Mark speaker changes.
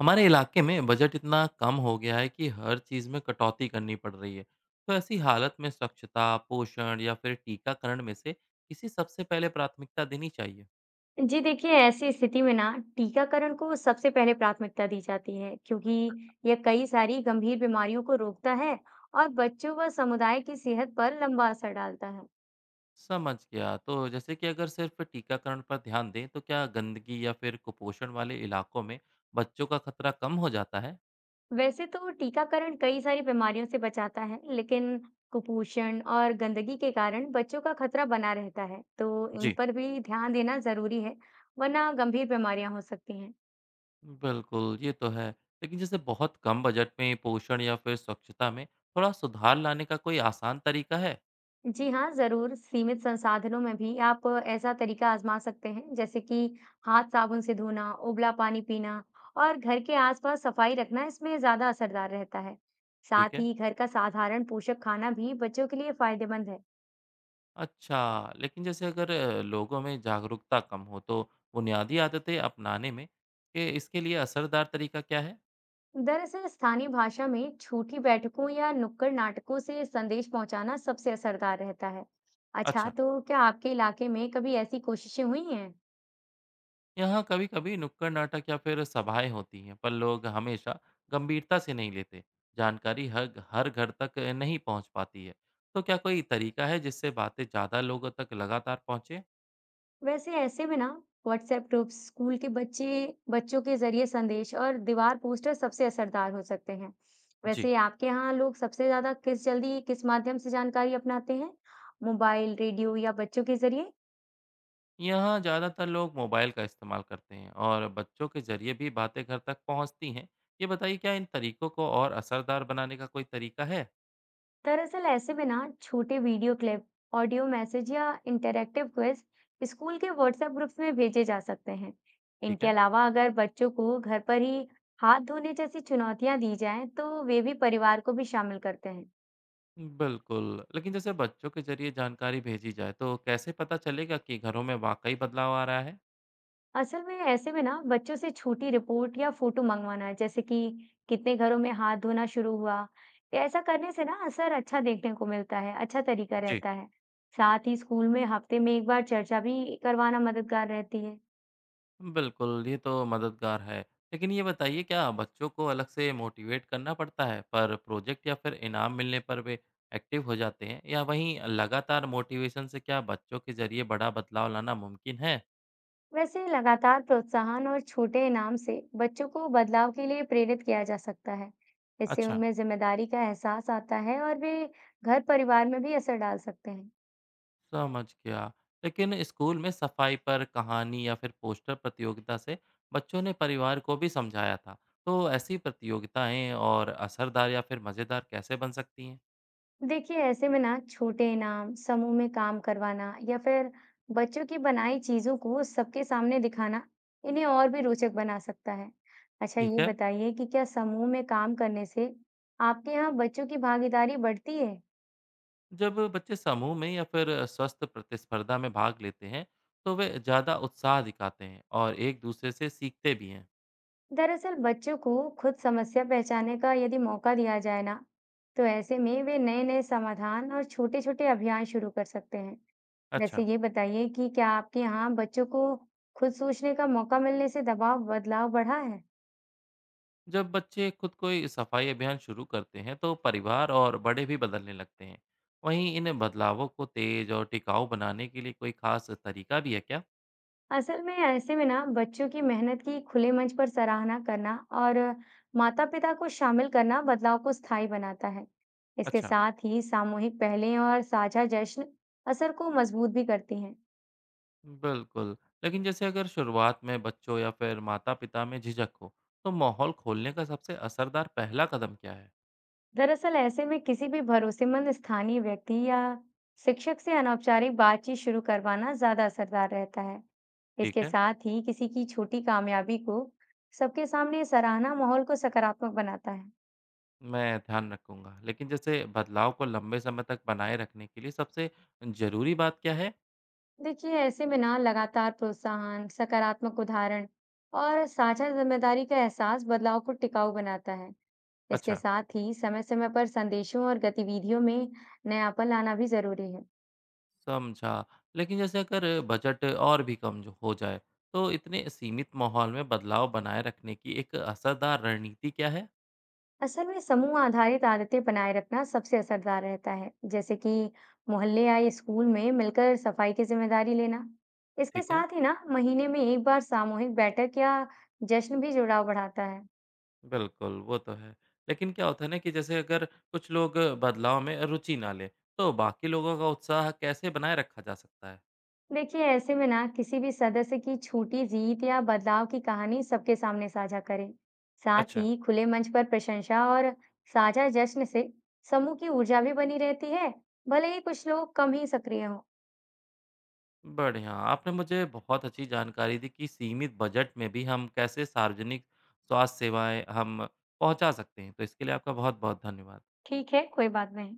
Speaker 1: हमारे इलाके में बजट इतना कम हो गया है कि हर चीज़ में कटौती करनी पड़ रही है। तो ऐसी हालत में स्वच्छता पोषण या फिर टीकाकरण में से किसी सबसे पहले प्राथमिकता देनी चाहिए।
Speaker 2: जी देखिए, ऐसी स्थिति में ना टीकाकरण को सबसे पहले प्राथमिकता दी जाती है, क्योंकि यह कई सारी गंभीर बीमारियों को रोकता है और बच्चों व समुदाय की सेहत पर लंबा असर डालता है।
Speaker 1: समझ गया। तो जैसे कि अगर सिर्फ टीकाकरण पर ध्यान दें तो क्या गंदगी या फिर कुपोषण वाले इलाकों में बच्चों का खतरा कम हो जाता है।
Speaker 2: वैसे तो टीकाकरण कई सारी बीमारियों से बचाता है, लेकिन कुपोषण और गंदगी के कारण बच्चों का खतरा बना रहता है, तो इन
Speaker 1: जी।
Speaker 2: पर भी ध्यान देना जरूरी है, वरना गंभीर बीमारियां हो सकती हैं।
Speaker 1: बिल्कुल ये तो है। लेकिन जैसे बहुत कम बजट में पोषण या फिर स्वच्छता में थोड़ा सुधार लाने का कोई आसान तरीका है।
Speaker 2: जी हाँ, ज़रूर। सीमित संसाधनों में भी आप ऐसा तरीका आज़मा सकते हैं, जैसे कि हाथ साबुन से धोना, उबला पानी पीना और घर के आसपास सफाई रखना, इसमें ज़्यादा असरदार रहता है।
Speaker 1: ठीक
Speaker 2: साथ
Speaker 1: है।
Speaker 2: ही घर का साधारण पोषक खाना भी बच्चों के लिए फ़ायदेमंद है।
Speaker 1: अच्छा, लेकिन जैसे अगर लोगों में जागरूकता कम हो तो बुनियादी आदतें अपनाने में के इसके लिए असरदार तरीका क्या है?
Speaker 2: दरअसल स्थानीय भाषा में छोटी बैठकों या नुक्कड़ नाटकों से संदेश पहुंचाना सबसे असरदार रहता है। अच्छा,
Speaker 1: अच्छा,
Speaker 2: तो क्या आपके इलाके में कभी ऐसी कोशिशें हुई हैं?
Speaker 1: यहाँ कभी-कभी नुक्कड़ नाटक या फिर सभाएं होती हैं, पर लोग हमेशा गंभीरता से नहीं लेते। जानकारी हर हर घर तक नहीं पहुँच पाती है। तो क्या कोई तरीका है जिससे बातें ज़्यादा लोगों तक लगातार पहुँचे?
Speaker 2: वैसे ऐसे में ना व्हाट्सएप ग्रुप्स, स्कूल के बच्चे बच्चों के जरिए संदेश और दीवार पोस्टर सबसे असरदार हो सकते हैं।
Speaker 1: जी।
Speaker 2: वैसे आपके यहाँ लोग सबसे ज्यादा किस माध्यम से जानकारी अपनाते हैं, मोबाइल, रेडियो या बच्चों के जरिए?
Speaker 1: यहाँ ज़्यादातर लोग मोबाइल का इस्तेमाल करते हैं और बच्चों के जरिए भी बातें घर तक पहुँचती हैं। ये बताइए क्या इन तरीकों को और असरदार बनाने का कोई तरीका है?
Speaker 2: दरअसल ऐसे में ना छोटे वीडियो क्लिप, ऑडियो मैसेज या इंटरैक्टिव क्विज स्कूल के व्हाट्सएप ग्रुप्स में भेजे जा सकते हैं।
Speaker 1: ठीक
Speaker 2: इनके
Speaker 1: है।
Speaker 2: अलावा अगर बच्चों को घर पर ही हाथ धोने जैसी चुनौतियां दी जाएं, तो वे भी परिवार को भी शामिल करते हैं।
Speaker 1: बिल्कुल, लेकिन जैसे बच्चों के जरिए जानकारी भेजी जाए तो कैसे पता चलेगा कि घरों में वाक़ई बदलाव आ रहा है?
Speaker 2: असल में ऐसे में ना बच्चों से छोटी रिपोर्ट या फोटो मंगवाना है, जैसे कि कितने घरों में हाथ धोना शुरू हुआ। तो ऐसा करने से ना असर अच्छा देखने को मिलता है, अच्छा तरीका
Speaker 1: जी।
Speaker 2: रहता है। साथ ही स्कूल में हफ्ते में एक बार चर्चा भी करवाना मददगार रहती है।
Speaker 1: बिल्कुल, ये तो मददगार है। लेकिन ये बताइए क्या बच्चों को अलग से मोटिवेट करना पड़ता है, पर प्रोजेक्ट या फिर इनाम मिलने पर वे एक्टिव हो जाते हैं, या वहीं लगातार मोटिवेशन से क्या बच्चों के जरिए बड़ा बदलाव लाना मुमकिन है?
Speaker 2: वैसे लगातार प्रोत्साहन और छोटे इनाम से बच्चों को बदलाव के लिए प्रेरित किया जा सकता है। इससे
Speaker 1: अच्छा,
Speaker 2: उनमें जिम्मेदारी का एहसास आता है और वे घर परिवार में भी असर डाल सकते हैं।
Speaker 1: समझ गया। लेकिन स्कूल में सफाई पर कहानी या फिर पोस्टर प्रतियोगिता से बच्चों ने परिवार को भी समझाया था। तो ऐसी प्रतियोगिताएँ और असरदार या फिर मज़ेदार कैसे बन सकती हैं?
Speaker 2: देखिए ऐसे में ना छोटे इनाम, समूह में काम करवाना या फिर बच्चों की बनाई चीजों को सबके सामने दिखाना इन्हें और भी रोचक बना सकता है। अच्छा,
Speaker 1: ठीक
Speaker 2: ये
Speaker 1: है।
Speaker 2: बताइए कि क्या समूह में काम करने से आपके यहाँ बच्चों की भागीदारी बढ़ती है?
Speaker 1: जब बच्चे समूह में या फिर स्वस्थ प्रतिस्पर्धा में भाग लेते हैं तो वे ज़्यादा उत्साह दिखाते हैं और एक दूसरे से सीखते भी हैं।
Speaker 2: दरअसल बच्चों को खुद समस्या पहचानने का यदि मौका दिया जाए ना, तो ऐसे में वे नए नए समाधान और छोटे छोटे अभियान शुरू कर सकते हैं। वैसे
Speaker 1: अच्छा।
Speaker 2: ये बताइए कि क्या आपके यहाँ बच्चों को खुद सोचने का मौका मिलने से दबाव बदलाव बढ़ा है?
Speaker 1: जब बच्चे खुद कोई सफाई अभियान शुरू करते हैं तो परिवार और बड़े भी बदलने लगते हैं। वहीं इन बदलावों को तेज और टिकाऊ बनाने के लिए कोई खास तरीका भी है क्या?
Speaker 2: असल में ऐसे में ना बच्चों की मेहनत की खुले मंच पर सराहना करना और माता-पिता को शामिल करना बदलाव को स्थायी बनाता है। इसके
Speaker 1: अच्छा।
Speaker 2: साथ ही सामूहिक पहलें और साझा जश्न असर को मजबूत भी करती हैं।
Speaker 1: बिल्कुल। लेकिन जैसे अगर शुरुआत में बच्चों या फिर माता पिता में झिझक हो तो माहौल खोलने का सबसे असरदार पहला कदम क्या है?
Speaker 2: दरअसल ऐसे में किसी भी भरोसेमंद स्थानीय व्यक्ति या शिक्षक से अनौपचारिक बातचीत शुरू करवाना ज्यादा असरदार रहता है।
Speaker 1: ठीक
Speaker 2: इसके
Speaker 1: है।
Speaker 2: साथ ही किसी की छोटी कामयाबी को सबके सामने सराहना माहौल को सकारात्मक बनाता है।
Speaker 1: मैं ध्यान रखूंगा। लेकिन जैसे बदलाव को लंबे समय तक बनाए रखने के लिए सबसे जरूरी बात क्या है?
Speaker 2: देखिए ऐसे में ना लगातार प्रोत्साहन, सकारात्मक उदाहरण और साझा जिम्मेदारी का एहसास बदलाव को टिकाऊ बनाता है। इसके
Speaker 1: अच्छा,
Speaker 2: साथ ही समय-समय पर संदेशों और गतिविधियों में नयापन लाना भी जरूरी है।
Speaker 1: समझा। लेकिन जैसे अगर बजट और भी कम जो हो जाए तो इतने सीमित माहौल में बदलाव बनाए रखने की एक असरदार रणनीति क्या है?
Speaker 2: असल में समूह आधारित आदतें बनाए रखना सबसे असरदार रहता है, जैसे कि मोहल्ले या स्कूल में मिलकर सफाई की जिम्मेदारी लेना। इसके
Speaker 1: ठीक है।
Speaker 2: साथ ही ना महीने में एक बार सामूहिक बैठक या जश्न भी जुड़ाव बढ़ाता है।
Speaker 1: बिल्कुल वो तो है। लेकिन क्या होता है ना कि जैसे अगर कुछ लोग बदलाव में रुचि ना लें तो बाकी लोगों का उत्साह कैसे बनाए रखा जा सकता है?
Speaker 2: देखिए ऐसे में ना किसी भी सदस्य की छोटी जीत या बदलाव की कहानी सबके सामने साझा करें। साथ
Speaker 1: अच्छा।
Speaker 2: ही खुले मंच पर प्रशंसा और साझा जश्न से समूह की ऊर्जा भी बनी रहती है, भले ही कुछ लोग कम ही सक्रिय हों।
Speaker 1: बढ़िया, आपने मुझे बहुत अच्छी जानकारी दी कि सीमित बजट में भी हम कैसे सार्वजनिक स्वास्थ्य सेवाएँ हम पहुँचा सकते हैं। तो इसके लिए आपका बहुत-बहुत धन्यवाद।
Speaker 2: ठीक है, कोई बात नहीं।